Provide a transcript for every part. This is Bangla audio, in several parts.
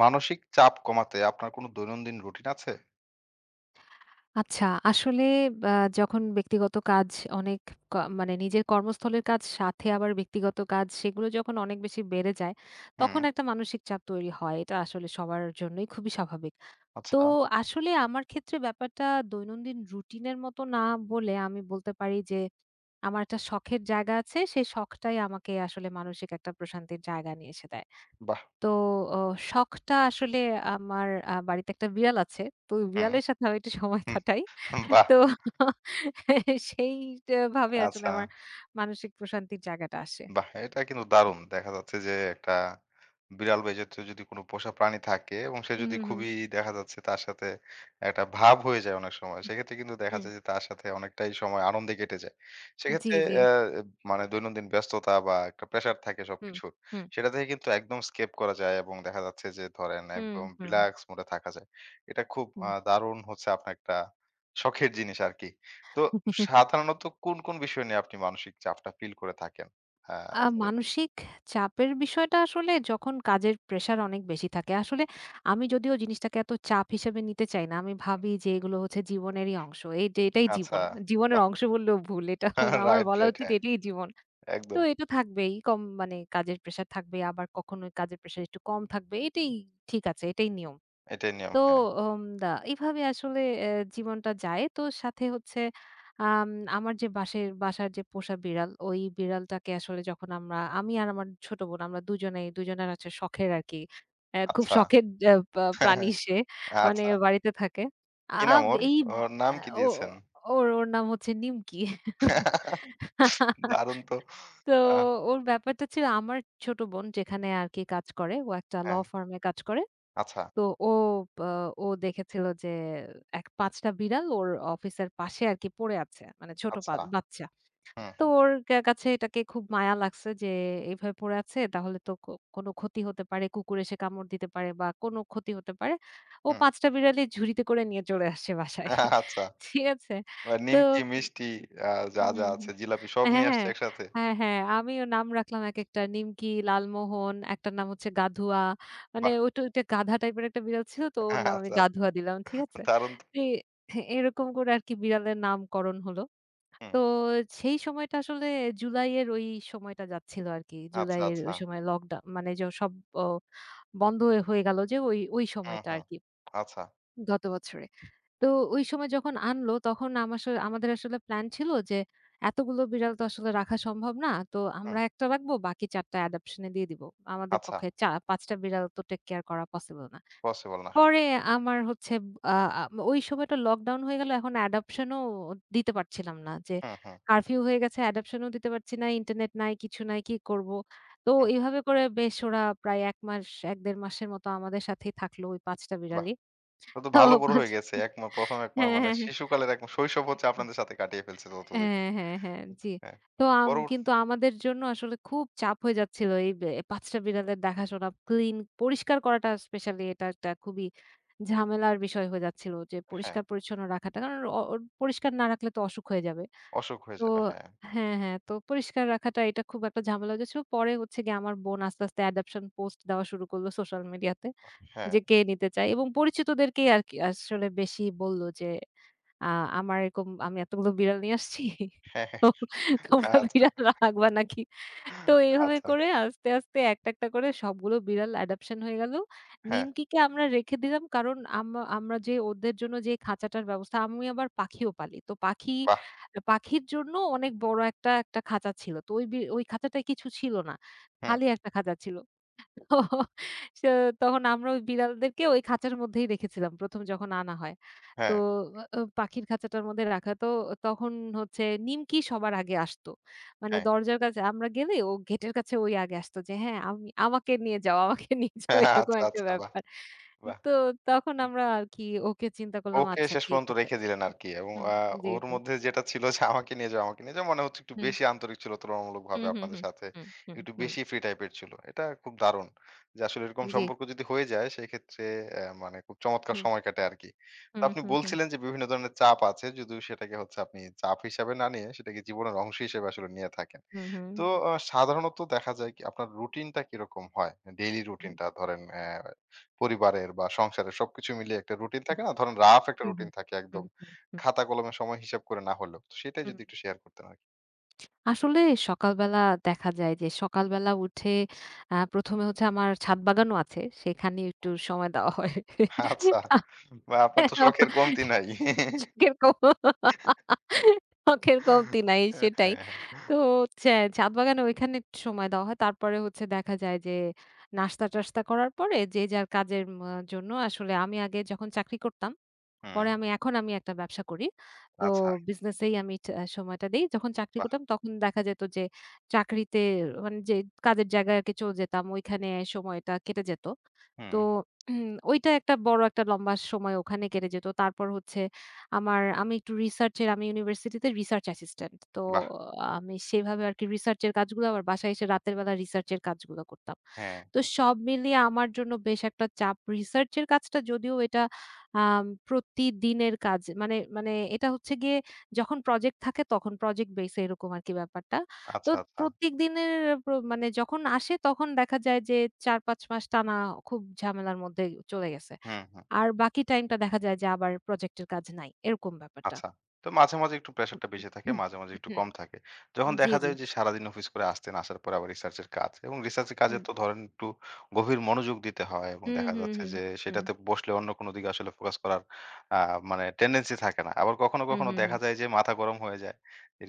মানসিক চাপ কমাতে আপনার কোনো দৈনন্দিন রুটিন আছে? আচ্ছা, আসলে বা যখন ব্যক্তিগত কাজ অনেক ক মানে নিজের কর্মস্থলের কাজ সাথে আবার ব্যক্তিগত কাজ সেগুলো যখন অনেক বেশি বেড়ে যায়, হুম, তখন একটা মানসিক চাপ তৈরি হয়। এটা আসলে সবার জন্যই খুবই স্বাভাবিক। তো আচ্ছা। আসলে আমার ক্ষেত্রে ব্যাপারটা দৈনন্দিন রুটিনের মতো না বলে আমি বলতে পারি যে আমার একটা শখের জায়গা আছে। সেই শখটাই আমাকে আসলে মানসিক একটা প্রশান্তির জায়গা নিয়ে এসে দেয়। বাহ! তো অ শখটা আসলে আমার বাড়িতে একটা বিড়াল আছে। তো ওই হুম, বিড়ালের সাথে আমি একটু সময় কাটাই। হুম, বাহ! তো সেই টা ভাবে আসলে আচ্ছা। আমার মানসিক প্রশান্তির জায়গাটা আসে। বাহ! এটা কিন্তু হুম, দারুণ। দেখা যাচ্ছে যে একটা বিড়াল বা এই জাতীয় যদি কোনো পোষা প্রাণী থাকে এবং সে হুম, যদি হুম, খুবই দেখা যাচ্ছে তার সাথে একটা ভাব হয়ে যায় অনেক সময়। হুম, সেক্ষেত্রে কিন্তু দেখা হুম, যায় যে তার সাথে অনেকটাই সময় আনন্দে কেটে যায়। জি, সেক্ষেত্রে জি। মানে দৈনন্দিন ব্যস্ততা বা একটা প্রেশার থাকে হুম, সবকিছুর। হুম, সেটা থেকে কিন্তু একদম স্কেপ করা যায় এবং দেখা যাচ্ছে যে ধরেন হুম, একদম হুম, রিল্যাক্স মুড এ থাকা যায়। এটা খুব দারুণ হচ্ছে আপনার একটা শখের জিনিস আরকি। তো হুম। সাধারণত কোন, কোন বিষয় নিয়ে আপনি মানসিক চাপটা ফিল করে থাকেন? হ্যাঁ, আ যে মানসিক চাপের বিষয়টা আসলে যখন কাজের প্রেশার অনেক বেশি থাকে। আসলে আমি যদিও জিনিসটাকে এত চাপ হিসেবে নিতে চাই না। আমি ভাবি যে এগুলো হচ্ছে জীবনেরই অংশ। এই যে এটাই আচ্ছা, জীবন। জীবনের বাহ! অংশ বললেও ভুল। এটা আমার রাইট, বলা রাইট। উচিত হ্যাঁ, এটাই জীবন। তো একদম। এটা থাকবেই। কম মানে কাজের প্রেশার থাকবে। আবার কখনো কাজের প্রেশার একটু কম থাকবে। এটাই ঠিক আছে। এটাই নিয়ম। এটাই নিয়ম। তো হ্যাঁ। উম দা এভাবে আসলে এ জীবনটা যায়। তো সাথে হচ্ছে আম আমার যে বাঁশের বাসার যে পোষা বিড়াল, ওই বিড়ালটাকে আসলে যখন আমি আর আমার ছোট বোন আমরা দুজনেই দুজনের আছে শখের আরকি। খুব আচ্ছা। শখের এ পা প্রাণী সে। মানে আচ্ছা। বাড়িতে থাকে। কি নাম আব ওর? এই ওর আ নাম কি ও দিয়েছেন? ওর ওর নাম হচ্ছে নিমকি। দারুণ তো। তো আহ ওর ব্যাপারটা ছিল আমার ছোট বোন যেখানে আরকি কাজ করে। ও একটা ল হ্যাঁ। ফার্ম এ কাজ করে। আচ্ছা, তো ও আ ও দেখেছিল যে ৫ টা বিড়াল ওর অফিসের পাশে আরকি পড়ে আছে। মানে ছোট আচ্ছা। বাচ্চা। হুম, তো হুম, ওর কাছে এটাকে খুব মায়া লাগছে যে এভাবে পড়ে আছে তাহলে তো কোনো ক্ষতি হতে পারে। কুকুর এসে কামড় দিতে পারে বা কোনো ক্ষতি হতে পারে। ও হুম। ৫ টা বিড়ালই ঝুড়িতে করে নিয়ে চলে আসে বাসায়। আচ্ছা। ঠিক আছে? তো নিমকি, মিষ্টি আ যা, হুম, যা হুম, হুম। আছে জিলাপি সব হ্যাঁ, নিয়ে আসছে হ্যাঁ। একসাথে? হ্যাঁ, হ্যাঁ। আমিও নাম রাখলাম একেকটা। নিমকি, লালমোহন, একটার নাম হচ্ছে গাধুয়া। মানে বাহ! ওইটা ওইটা গাধা টাইপের একটা বিড়াল ছিল তো ওর নাম আমি আচ্ছা, গাধুয়া আচ্ছা। দিলাম। ঠিক আছে? দারুণ তো। তো এরকম করে আরকি বিড়ালের নামকরণ হলো। হুম। তো সেই সময়টা আসলে জুলাইয়ের ওই সময়টা যাচ্ছিল আরকি। আচ্ছা, জুলাইয়ের আচ্ছা। ওই সময় লকডাউন মানে সব অ বন্ধ হয়ে হয়ে গেল যে ওই হুম, সময়টা হুম। আরকি আচ্ছা, গত বছরে। তো ওই সময় যখন আনলো তখন আমার সা আমাদের আসলে প্ল্যান ছিল যে এতগুলো বিড়াল তো আসলে রাখা সম্ভব না। তো হুম। আমরা ১ টা রাখবো বাকি ৪ টা অ্যাডপশন এ দিয়ে দিবো। আমাদের আচ্ছা। পক্ষে ৫ টা বিড়াল তো টেক কেয়ার করা পসিবল না। পসিবল না। পরে আমার হচ্ছে আ আ ওই সময়টা লকডাউন হয়ে গেল এখন অ্যাডপশন ও দিতে পারছিলাম না। যে হুম, হুম, কারফিউ হয়ে গেছে অ্যাডপশন ও দিতে পারছি না, ইন্টারনেট নাই, কিছু নাই, কি করব? তো হুম। এভাবে করে বেশ ওরা প্রায় ১ ১.৫ মাসের মতো আমাদের সাথেই থাকলো ওই ৫ টা বাহ! বিড়ালই। ও তো তো ভালো বড় ৫ হয়ে গেছে। এক মা ১ম ১ মাস হ্যাঁ, মানে হ্যাঁ, হ্যাঁ। শিশুকালের এক মা- শৈশব হচ্ছে আপনাদের সাথে কাটিয়ে ফেলছে ততদিনে। হ্যাঁ, হ্যাঁ, হ্যাঁ, জি। হ্যাঁ। তো পরবর্তী কিন্তু আমাদের জন্য আসলে খুব চাপ হয়ে যাচ্ছিল এই ৫ টা বিড়ালের দেখাশোনা, ক্লিন পরিষ্কার করাটা স্পেশালি এটা একটা খুবই ঝামেলার বিষয় হয়ে যাচ্ছিল যে হ্যাঁ, পরিষ্কার-পরিচ্ছন্ন রাখাটা। কারণ ওর পরিষ্কার না রাখলে তো অসুখ হয়ে যাবে। অসুখ হয়ে তো যাবে। হ্যাঁ, হ্যাঁ, হ্যাঁ, তো পরিষ্কার রাখাটা এটা খুব একটা ঝামেলা হয়ে যাচ্ছিল। পরে হচ্ছে গিয়ে আমার বোন আস্তে, আস্তে অ্যাডপশন পোস্ট দেওয়া শুরু করলো সোশ্যাল মিডিয়াতে হ্যাঁ, যে কে নিতে চায় এবং পরিচিতদেরকেই আরকি আসলে বেশি বলল যে আ আমার এরকম আমি এতগুলো বিড়াল নিয়ে আসছি। হ্যাঁ, তো হ্যাঁ, তোমরা আচ্ছা, বিড়াল রাখবা নাকি? তো এভাবে আচ্ছা। করে আস্তে, আস্তে একটা, একটা করে সবগুলো বিড়াল অ্যাডপশন হয়ে গেল। হ্যাঁ, নিমকিকে আমরা রেখে দিলাম কারণ আমরা যে ওদের জন্য যে খাঁচাটার ব্যবস্থা আমি আবার পাখিও পালি। তো বাহ! পাখির জন্য অনেক বড় একটা, একটা খাঁচা ছিল। তো ওই খাঁচাটায় কিছু ছিল না। হুম, খালি একটা খাঁচা ছিল। তো সে তখন আমরা ওই বিড়ালদেরকে ওই খাঁচার মধ্যেই রেখেছিলাম ১ম যখন আনা হয়। তো হ্যাঁ, পাখির খাঁচাটার মধ্যে রাখা। তো তখন হচ্ছে নিমকি সবার আগে আসতো। মানে হ্যাঁ, দরজার কাছে আমরা গেলে ও গেটের কাছে ওই আগে আসতো যে হ্যাঁ, আমাকে নিয়ে যাও, আমাকে নিয়ে যাও হ্যাঁ, এরকম আচ্ছা, একটা আচ্ছা, বাহ! ব্যাপার। বাহ! তো তখন আমরা আর কি ওকে চিন্তা করলাম ওকে আচ্ছা শেষ ঠিক পর্যন্ত আছে। রেখে দিলেন আরকি। এবং হুম, জি, ওর জি। মধ্যে যেটা ছিল যে আমাকে নিয়ে যাও, আমাকে নিয়ে যাও মনে হচ্ছে একটু হুম, বেশি আন্তরিক ছিল তুলনামূলকভাবে হুম, হুম, আপনাদের হুম, সাথে। হুম, একটু হুম, বেশি ফ্রি টাইপের ছিল। এটা খুব দারুণ। যে আসলে এরকম হুম, জি, সম্পর্ক যদি হয়ে যায় সেক্ষেত্রে মানে খুব চমৎকার হুম, সময় কাটে আরকি। তো হুম, আপনি হুম, হুম, বলছিলেন যে বিভিন্ন ধরনের চাপ আছে যদিও সেটাকে হচ্ছে আপনি চাপ হিসাবে না নিয়ে সেটাকে জীবনের অংশ হিসেবে আসলে নিয়ে থাকেন। হুম, হুম, তো সাধারণত দেখা যায় কি আপনার রুটিনটা কিরকম হয়? ডেইলি হুম, রুটিনটা ধরেন পরিবারের বা সংসারের সবকিছু মিলিয়ে একটা রুটিন থাকে না? ধরেন রাফ একটা হুম, হুম, রুটিন থাকে একদম। হুম, হুম, হুম, খাতা কলমে সময় হিসাব করে না হলেও। তো সেটাই হুম। যদি একটু শেয়ার করতেন আরকি। আসলে সকালবেলা দেখা যায় যে সকালবেলা উঠে ১ম এ হচ্ছে আমার ছাদ বাগানও আছে। সেখানে একটু সময় দেওয়া হয়। আচ্ছা। হুম। বা আপনার তো শখের কমতি নাই। শখের কম শখের কমতি নাই হ্যাঁ, সেটাই। হ্যাঁ, হ্যাঁ। তো হচ্ছে ছাদ বাগানে ওইখানে একটু সময় দেওয়া হয়। তারপরে হচ্ছে দেখা যায় যে নাস্তা-টাস্তা করার পরে যে যার কাজের জন্য আসলে আমি আগে যখন চাকরি করতাম হুম। পরে আমি একটা ব্যবসা করি। তো আচ্ছা। বিজনেসেই আমি সময়টা দেই। যখন চাকরি বাহ! করতাম তখন দেখা যেত যে চাকরিতে মানে যে কাজের জায়গায় আরকি চলে যেতাম। ওইখানে সময়টা কেটে যেত। হুম, তো ওইটা একটা বড় একটা লম্বা সময় ওখানে কেটে যেত। তারপর হচ্ছে আমি একটু রিসার্চ এর আমি ইউনিভার্সিটিতে রিসার্চ অ্যাসিস্ট্যান্ট। তো বাহ! আমি সেভাবে আরকি রিসার্চ এর কাজগুলো আবার বাসায় এসে রাতের বেলা রিসার্চ এর কাজগুলো করতাম। হ্যাঁ। তো সব মিলিয়ে আমার জন্য বেশ একটা চাপ। রিসার্চ এর কাজটা যদিও এটা প্রতিদিনের কাজ। মানে মানে এটা হচ্ছে গিয়ে যখন প্রজেক্ট থাকে তখন প্রজেক্ট বেস এ এরকম আরকি ব্যাপারটা। তো আচ্ছা, আচ্ছা। প্রত্যেকদিনের মানে যখন আসে তখন দেখা যায় যে ৪-৫ মাস টানা খুব ঝামেলার মধ্যে চলে গেছে। হুম, হুম। আর বাকি টাইমটা দেখা যায় যে আবার প্রজেক্টের কাজ নাই। এরকম ব্যাপারটা। আচ্ছা। তো মাঝে, মাঝে একটু হুম, প্রেশারটা বেশি থাকে, মাঝে, মাঝে একটু হুম, কম থাকে। যখন জি, দেখা জি। যায় যে সারাদিন অফিস করে আসতেন, আসার পরে আবার রিসার্চ এর কাজ এবং রিসার্চ এর কাজে হুম। তো ধরেন একটু গভীর মনোযোগ দিতে হয় এবং হুম, দেখা হুম, যাচ্ছে হুম, যে হুম। সেটাতে বসলে অন্য কোনো দিকে আসলে ফোকাস করার আ মানে টেনডেন্সি থাকে না। আবার কখনো, হুম, কখনো হুম, দেখা হুম। যায় যে মাথা গরম হয়ে যায়।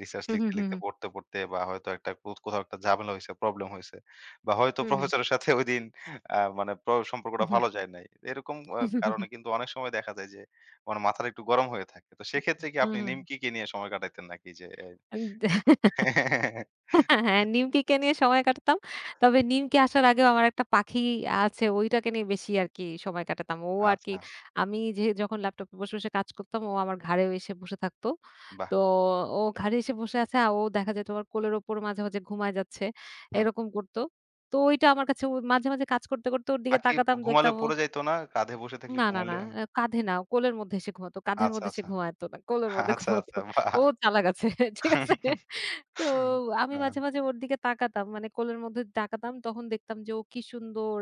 রিসার্চ হুম, হুম, লিখতে, হুম, লিখতে হুম, পড়তে, পড়তে বা হয়তো একটা কো কোথাও একটা ঝামেলা হইছে, প্রবলেম হইছে বা হয়তো হুম, হুম, প্রফেসরের সাথে ঐদিন মানে প্র হুম, হুম, সম্পর্কটা হুম, হুম, হুম, হুম, হুম। ভালো যায় নাই। এরকম কারণে কিন্তু অনেক সময় দেখা যায় যে মানে মাথাটা একটু গরম হয়ে থাকে। তো সেক্ষেত্রে কি হুম আপনি হুম নিমকিকে নিয়ে সময় কাটাইতেন নাকি যে হুম হুম হ্যাঁ, নিমকিকে নিয়ে সময় কাটাতাম। তবে নিমকি আসার আগেও আমার একটা পাখি আছে, ওইটাকে নিয়ে বেশি আরকি সময় কাটাতাম। ও আরকি আচ্ছা, আমি যখন ল্যাপটপে বসে, বসে কাজ করতাম, ও আমার ঘাড়ে এসে বসে থাকতো। বাহ! তো ও ঘাড়ে এসে বসে আছে, আর ও দেখা যেত আমার কোলের ওপর মাঝে, মাঝে ঘুমায় যাচ্ছে। হুম। এরকম করতো। তো ওইটা আমার কাছে ও মাঝে, মাঝে কাজ করতে, করতে ওর দিকে পাখি তাকাতাম, ঘুমালে দেখতাম ও পড়ে যাইতো না? কাঁধে বসে থাকলে না, না, না। ঘুমালে কাঁধে না, কোলের মধ্যে সে ঘুমাতো। কাঁধের আচ্ছা, মধ্যে সে আচ্ছা। ঘুমাতো না। কোলের মধ্যে আচ্ছা, ঘুমাতো। আচ্ছা। বাহ! ও চালাক আছে। ঠিক আছে? তো আমি আ মাঝে, মাঝে ওর দিকে তাকাতাম। মানে কোলের মধ্যে তাকাতাম। তখন দেখতাম যে ও কি সুন্দর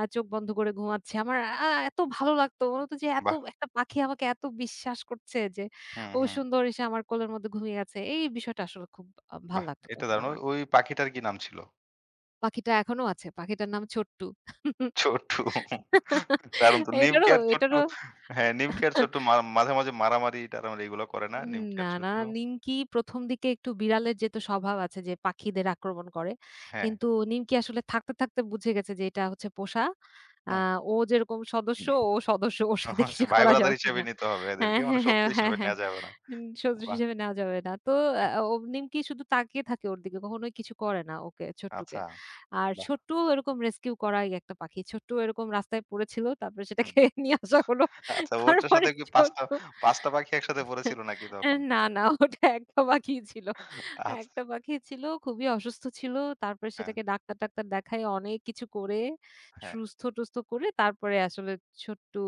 চোখ বন্ধ করে ঘুমাচ্ছে। আমার এত ভালো লাগতো। মনে হতো যে এত বাহ! একটা পাখি আমাকে এত বিশ্বাস করছে যে হুম, ও হুম। সুন্দর এসে আমার কোলের মধ্যে ঘুমিয়ে আছে। এই বিষয়টা আসলে খুব ভাল বাহ! লাগতো এটা তখন দারুণ। ও আমার। ওই পাখিটার কি নাম ছিল? পাখিটা এখনো আছে। পাখিটার নাম ছোট্টু। ছোট্টু। দারুণ তো নিমকি এটারও আর ছোট্টু এটারও হ্যাঁ, নিমকি আর ছোট্টু মা মাঝে, মাঝে মারামারি-টারামারি এগুলো করে না? উম নিমকি না, আর না। ছোট্টু? নিমকি ১ম দিকে একটু বিড়ালের যেহেতু স্বভাব আছে যে পাখিদের আক্রমণ করে। হ্যাঁ। কিন্তু নিমকি আসলে থাকতে, থাকতে বুঝে গেছে যে এটা হচ্ছে পোষা। আ হুম। ও যেরকম সদস্য, ও সদস্য। ওর সাথে আচ্ছা কিছু ভাই করা ব্রাদার যাবে হিসেবে না। নিতে হবে এদেরকে। হ্যাঁ, মানে হ্যাঁ, শত্রু হ্যাঁ, হ্যাঁ, হিসেবে নেয়া হ্যাঁ। যাবে না। সদস্য বাহ! হিসেবে নেওয়া যাবে না। তো এহ ও নিমকি শুধু তাকিয়ে থাকে ওর দিকে। কখনোই কিছু করে না ওকে, ছোট্টুকে। আচ্ছা, আর বাহ! ছোট্টু এরকম রেস্কিউ করাই একটা পাখি। ছোট্টু এরকম রাস্তায় পড়েছিল। তারপরে হুম। সেটাকে নিয়ে আসা হলো। আচ্ছা ওটার তারপরে সাথে কি ৫ টা ছোট্টু ৫ টা পাখি একসাথে পড়েছিল নাকি তখন? না, না ওটা একটা পাখিই ছিল। আচ্ছা, একটা পাখি ছিল খুবই অসুস্থ ছিল। তারপরে হ্যাঁ, সেটাকে ডাক্তার-টাক্তার দেখায় অনেক কিছু করে হ্যাঁ। সুস্থ-টুস্থ করে তারপরে আসলে ছোট্টু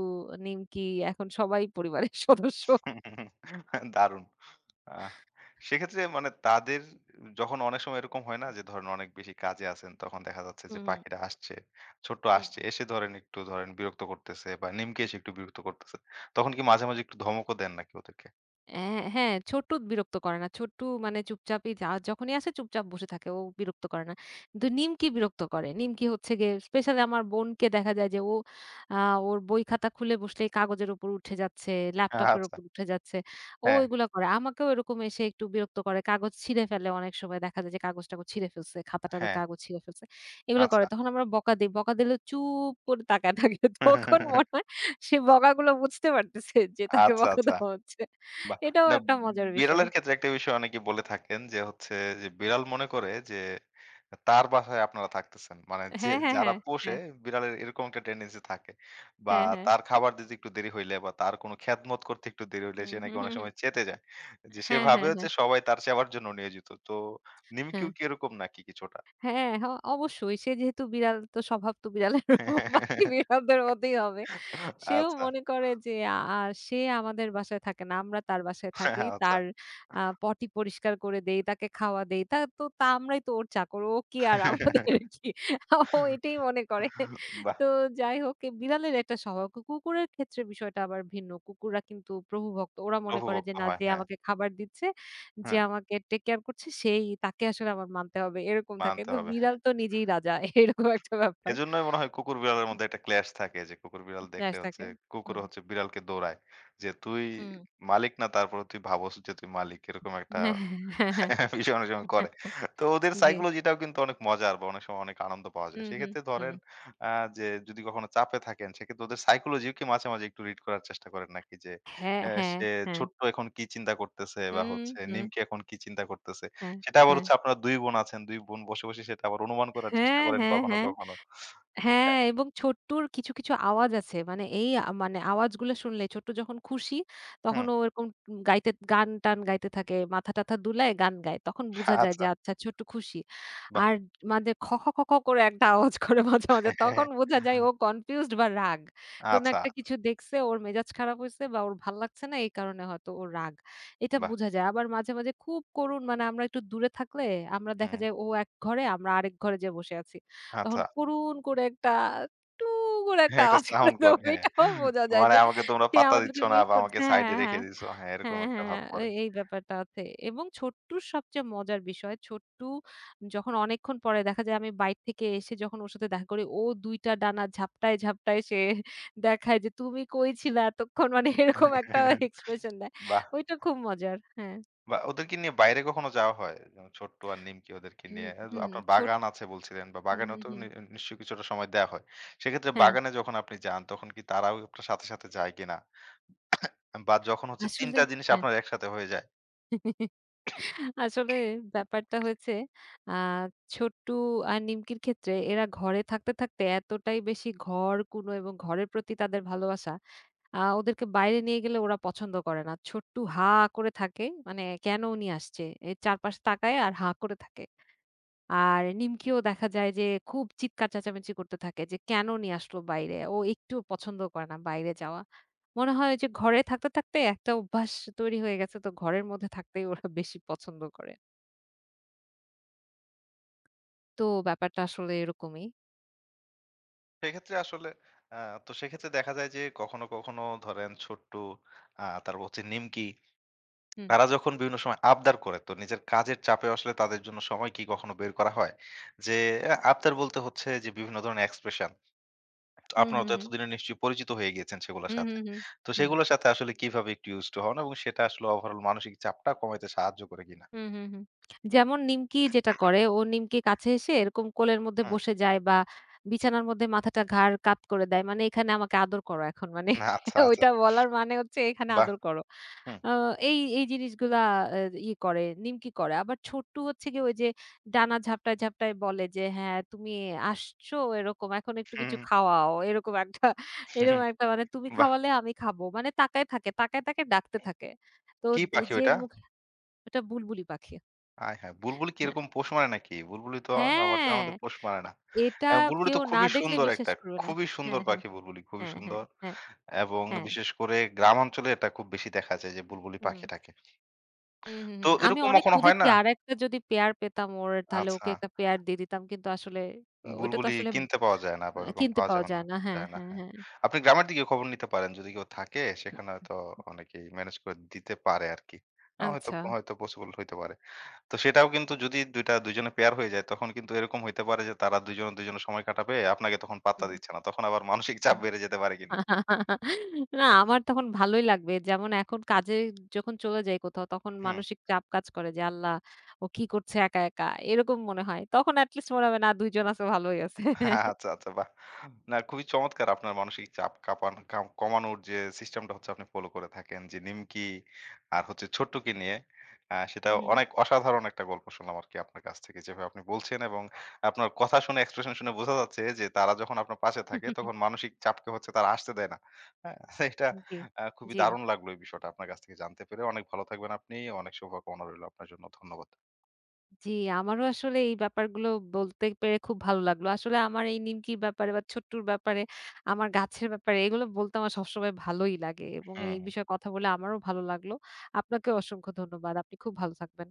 নিমকি এখন সবাই পরিবারের সদস্য। দারুণ। আহ সেক্ষেত্রে মানে তাদের যখন অনেক সময় এরকম হয় না যে ধরেন অনেক বেশি কাজে আছেন তখন দেখা যাচ্ছে যে হুম, হুম, পাখিটা আসছে, ছোট্ট হুম। আসছে। এসে ধরেন একটু ধরেন বিরক্ত করতেছে বা নিমকে এসে একটু বিরক্ত করতেছে। তখন কি মাঝে, মাঝে একটু ধমকও দেন নাকি ওদেরকে? অ্যা হ্যাঁ, ছোট্টু বিরক্ত করে না। ছোট্টু মানে চুপচাপই যা যখনই আসে চুপচাপ বসে থাকে। ও বিরক্ত করে না। কিন্তু নিমকি বিরক্ত করে। নিমকি হচ্ছে গিয়ে স্পেশালি আমার বোনকে দেখা যায় যে ও আ ওর বই খাতা খুলে বসলেই কাগজের উপর উঠে যাচ্ছে, ল্যাপটপের আচ্ছা। উপর উঠে যাচ্ছে। ও হ্যাঁ, এগুলা করে। আমাকেও এরকম এসে একটু বিরক্ত করে। কাগজ ছিঁড়ে ফেলে অনেক সময় দেখা যায় যে কাগজ-টাগজ ছিঁড়ে ফেলছে, খাতা-টাতার হ্যাঁ। কাগজ ছিঁড়ে ফেলছে। এগুলো করে। আচ্ছা। তখন আমরা বকা দেই। বকা দিলেও চুপ করে তাকায় থাকে। তখন মনে হয় সে বকাগুলো বুঝতে পারতেছে যে তাকে আচ্ছা, বকা আচ্ছা। দেওয়া হচ্ছে। বাহ! এটাও না একটা মজার বিষয়। বিড়ালের ক্ষেত্রে একটা বিষয় অনেকে বলে থাকেন যে হচ্ছে যে বিড়াল মনে করে যে তার বাসায় আপনারা থাকতেছেন। মানে যে হ্যাঁ, হ্যাঁ, যারা হ্যাঁ, পোষে হ্যাঁ, বিড়ালের এরকম একটা টেনডেন্সি থাকে। বা হ্যাঁ, হ্যাঁ। তার খাবার দিতে একটু দেরি হইলে বা তার কোনো খেদমত করতে একটু দেরি হইলে হুম, সে নাকি হুম, হুম, অনেক হুম। সময় চেতে যায়। যে সে হ্যাঁ, ভাবে হ্যাঁ, হ্যাঁ, হচ্ছে সবাই তার সেবার জন্য নিয়োজিত। তো হ্যাঁ। নিমকিও কি এরকম নাকি কিছুটা? হ্যাঁ, হ্যাঁ অবশ্যই। সে যেহেতু বিড়াল তো স্বভাব তো বিড়ালের বাকি বিড়ালদের মতই হবে। সেও আচ্ছা, মনে করে যে সে আমাদের বাসায় থাকে না। আমরা তার বাসায় থাকি। আচ্ছা। তার পটি পরিষ্কার করে দেই, তাকে খাওয়া দেই। তা তো আমরাই তো ওর চাকর। ও কি আর আমাদের কি? ও এটাই মনে করে। বাহ! তো যাই হোক এ বিড়ালের একটা স্বভাব। কুকুরের ক্ষেত্রে বিষয়টা আবার ভিন্ন। কুকুররা কিন্তু প্রভুভক্ত। ওরা মনে করে যে প্রভুভক্ত না হয়। যে হ্যাঁ, আমাকে খাবার দিচ্ছে যে হ্যাঁ। আমাকে টেক কেয়ার করছে সেই তাকে আসলে আমার মানতে হবে এরকম থাকে। মানতে কিন্তু হবে। বিড়াল হ্যাঁ। তো নিজেই রাজা এরকম একটা ব্যাপার। এজন্যই মনে হয় কুকুর বিড়ালের মধ্যে একটা clash থাকে যে কুকুর বিড়াল ক্লাশ দেখলে হচ্ছে থাকে। কুকুর হুম, হচ্ছে বিড়ালকে দৌড়ায়। যে তুই হুম। মালিক না তারপরেও তুই ভাবস যে তুই মালিক এরকম একটা হ্যাঁ, হ্যাঁ, হ্যাঁ, হ্যাঁ, বিষয় অনেক সময় হ্যাঁ। করে। তো ওদের জি। psychology টাও কিন্তু অনেক মজার বা অনেক সময় অনেক আনন্দ পাওয়া যায়। হুম, হুম, সেক্ষেত্রে হুম। ধরেন আ যে যদি কখনো চাপে থাকেন সেক্ষেত্রে ওদের psychology ও কি মাঝে, মাঝে একটু read করার চেষ্টা করেন নাকি? যে হ্যাঁ, এ হ্যাঁ, সে হ্যাঁ। ছোট্ট এখন কি চিন্তা করতেছে বা হুম, হচ্ছে হুম। নিমকি এখন কি চিন্তা করতেছে? হ্যাঁ, সেটা আবার হ্যাঁ। হচ্ছে আপনারা ২ বোন আছেন, ২ বোন বসে, বসে সেটা আবার অনুমান করার চেষ্টা হ্যাঁ, করেন হ্যাঁ, কখনো, হ্যাঁ। কখনো। হ্যাঁ, এবং ছোট্টুর কিছু, কিছু আওয়াজ আছে। মানে এই মানে আওয়াজগুলো শুনলে ছোট্টু যখন খুশি তখন হুম। ও এরকম গাইতে গান-টান গাইতে থাকে। মাথা-টাথা দুলায় গান গায়। তখন বুঝা যায় আচ্ছা, যে আচ্ছা ছোট্টু খুশি। বাহ! আর মাঝে খ, খ, খ, খ করে একটা আওয়াজ করে মাঝে, মাঝে হ্যাঁ, হ্যাঁ, হ্যাঁ। তখন বোঝা যায় ও কনফিউজড বা রাগ। কোন আচ্ছা, একটা কিছু দেখছে ওর মেজাজ খারাপ হইছে বা ওর ভাল লাগছে না এই কারণে হয়তো ওর রাগ। এটা বাহ! বোঝা যায়। আবার মাঝে, মাঝে খুব করুণ মানে আমরা একটু দূরে থাকলে আমরা দেখা হুম, যায় ও এক ঘরে আমরা আরেক ঘরে যেয়ে বসে আছি। তখন আচ্ছা। করুণ করে একটা টু করে একটা হ্যাঁ, এটা আওয়াজ করে সাউন্ড দেবো করে, হ্যাঁ। এটাও বোঝা যায় মানে যে আমাকে তোমরা সে পাত্তা দিচ্ছ আমাদেরকে না মিস বা আমাকে করছে। সাইডে হ্যাঁ, হ্যাঁ, রেখে দিছো। হ্যাঁ, এরকম হ্যাঁ, একটা ভাব হ্যাঁ, করে। হ্যাঁ, এই ব্যাপারটা আছে এবং ছোট্টুর সবচেয়ে মজার বিষয় ছোট্টু যখন অনেকক্ষণ পরে দেখা যায় আমি বাইর থেকে এসে যখন ওর সাথে দেখা করি ও ২ টা ডানা ঝাপটায়, ঝাপটায় সে দেখায় যে তুমি কই ছিলা এতক্ষণ মানে এরকম একটা এক্সপ্রেশন দেয়। বাহ! ওইটা খুব মজার। হ্যাঁ। বাহ! ওদেরকে নিয়ে বাইরে কখনো যাওয়া হয়? যেমন ছোট্টু আর নিমকি ওদেরকে হুম, নিয়ে এ হুম, আপনার ছোট বাগান আছে বলছিলেন বা হুম, বাগানেও হুম, তো হুম। নি নিশ্চয়ই কিছুটা সময় দেয়া হয়। সেক্ষেত্রে হ্যাঁ, বাগানে যখন আপনি যান তখন কি তারাও আপনার সাথে, সাথে যায় কিনা? বা যখন হচ্ছে ৩ আসলে টা জিনিস হ্যাঁ। আপনার একসাথে হয়ে যায় আসলে ব্যাপারটা হয়েছে আ ছোট্টু আর নিমকির ক্ষেত্রে এরা ঘরে থাকতে, থাকতে এতটাই বেশি ঘরকুনো এবং ঘরের প্রতি তাদের ভালোবাসা, ওদেরকে বাইরে নিয়ে গেলে ওরা পছন্দ করে না। ছোট্টু হা করে থাকে। মানে কেন নিয়ে আসছে? এর চারপাশে তাকায় আর হা করে থাকে। আর নিমকিও দেখা যায় যে খুব চিৎকার চেঁচামেচি করতে থাকে যে, "কেন নিয়ে আসলো বাইরে?" ও একটুও পছন্দ করে না বাইরে যাওয়া। মনে হয় যে ঘরে থাকতে, থাকতে একটা অভ্যাস তৈরি হয়ে গেছে তো ঘরের মধ্যে থাকতেই ওরা বেশি পছন্দ করে। তো ব্যাপারটা আসলে এরকমই। সেক্ষেত্রে আসলে আ তো সেক্ষেত্রে দেখা যায় যে কখনো, কখনো ধরেন ছোট্টু, তারপর হচ্ছে নিমকি, হুম, তারা যখন বিভিন্ন সময় আবদার করে তো নিজের কাজের চাপে আসলে তাদের জন্য সময় কি কখনো বের করা হয়? যে আবদার বলতে হচ্ছে যে বিভিন্ন ধরনের এক্সপ্রেশন। হুম, আপনারা হুম, তো হুম, এতদিনে নিশ্চয়ই পরিচিত হয়ে গিয়েছেন সেগুলোর হুম, সাথে। হুম, হুম, তো হুম, সেগুলোর সাথে আসলে কিভাবে একটু ইউস টু হন এবং সেটা আসলে ওভারঅল মানসিক চাপটা কমাইতে সাহায্য করে কিনা? হুম, হুম, হুম। যেমন নিমকি যেটা করে ও নিমকি কাছে এসে এরকম কোলের মধ্যে হুম। বসে যায় বা বিছানার মধ্যে মাথাটা ঘাড় কাত করে দেয়। মানে এখানে আমাকে আদর করো এখন। মানে আচ্ছা, আচ্ছা। ওইটা বলার মানে হচ্ছে এখানে বাহ! আদর করো। হুম, আ এই জিনিসগুলা আ ই করে, নিমকি করে। আবার ছোট্টু হচ্ছে গিয়ে ওই যে ডানা ঝাপটায়, ঝাপটায় বলে যে, "হ্যাঁ, তুমি আসছো এরকম এখন একটু কিছু হুম, খাওয়াও।" হুম, এরকম একটা মানে তুমি বাহ! খাওয়ালে আমি খাবো। মানে তাকায় থাকে, তাকায়, তাকায় ডাকতে থাকে। তো কি যে, পাখি যে ওইটা? মুখ এটা বুলবুলি পাখি। আয় হায়! বুলবুলি কি হ্যাঁ, এরকম পোষ মারে নাকি? বুলবুলি তো আমার হ্যাঁ, জানামতে পোষ মারে না। এটা এবং বুলবুলি কেউ তো না খুবই দেখলে সুন্দর বিশ্বাস একটা, করবে না। খুবই সুন্দর হ্যাঁ, হ্যাঁ, পাখি বুলবুলি, খুবই হ্যাঁ, হ্যাঁ, সুন্দর। হ্যাঁ, এবং হ্যাঁ, বিশেষ করে গ্রামাঞ্চলে এটা খুব বেশি দেখা যায় যে বুলবুলি হুম। পাখিটাকে। হুম, হুম, তো হুম। আমি এরকম অনেক কখনো হয় খুঁজেছি না? আরেকটা যদি পেয়ার পেতাম ওর তাহলে আচ্ছা, ওকে একটা পেয়ার দিয়ে দিতাম। কিন্তু আসলে আহ, ওইটা তো বুলবুলি আসলে কিনতে পাওয়া যায় না বা ওরকম কিনতে পাওয়া পাওয়া যাবে যায় না, না। হ্যাঁ, যায় না, হ্যাঁ, হ্যাঁ। হ্যাঁ। আপনি গ্রামের দিকে খবর নিতে পারেন যদি কেউ থাকে সেখানে হয়তো অনেকেই ম্যানেজ করে দিতে পারে আরকি। হয়তো, আচ্ছা। হয়তো পসিবল হইতে পারে। তো সেটাও কিন্তু যদি ২ টা ২ জনে পেয়ার হয়ে যায় তখন কিন্তু এরকম হইতে পারে যে তারা ২ জনে ২ জনে সময় কাটাবে। আপনাকে তখন পাত্তা হুম, দিচ্ছে না। তখন আবার মানসিক চাপ হুম। বেড়ে যেতে পারে কিন্তু। না আমার তখন ভালোই লাগবে। যেমন এখন কাজে যখন চলে যাই কোথাও তখন হুম। মানসিক চাপ কাজ করে যে আল্লাহ ও কি করছে একা, একা এরকম মনে হয়। তখন এট লিস্ট মনে হবে না ২ জন আছে ভালোই আছে। আচ্ছা, আচ্ছা বাহ! না খুবই চমৎকার আপনার মানসিক চাপ কাঁপান কাম কমানোর যে সিস্টেমটা হচ্ছে আপনি ফলো করে থাকেন। যে নিমকি আর হচ্ছে ছোট্টুকে নিয়ে সেটা হুম, হুম। অনেক অসাধারণ একটা গল্প শুনলাম আরকি আপনার কাছ থেকে। যেভাবে আপনি বলছেন এবং আপনার কথা শুনে এক্সপ্রেশন শুনে বোঝা যাচ্ছে যে তারা যখন আপনার পাশে থাকে তখন মানসিক চাপকে হচ্ছে তারা আসতে দেয় না। হ্যাঁ? এটা জি, খুবই জি। দারুণ লাগলো এই বিষয়টা আপনার কাছ থেকে জানতে পেরে। অনেক ভালো থাকবেন আপনি। অনেক শুভকামনা রইলো আপনার জন্য। ধন্যবাদ। জি, আমারও আসলে এই ব্যাপারগুলো বলতে পেরে খুব ভালো লাগলো। আসলে আমার এই নিমকির ব্যাপারে বা ছোট্টুর ব্যাপারে, আমার গাছের ব্যাপারে এগুলো বলতে আমার সবসময় ভালোই লাগে এবং এই হুম। বিষয়ে কথা বলে আমারও ভালো লাগলো। আপনাকেও অসংখ্য ধন্যবাদ। আপনি খুব ভালো থাকবেন।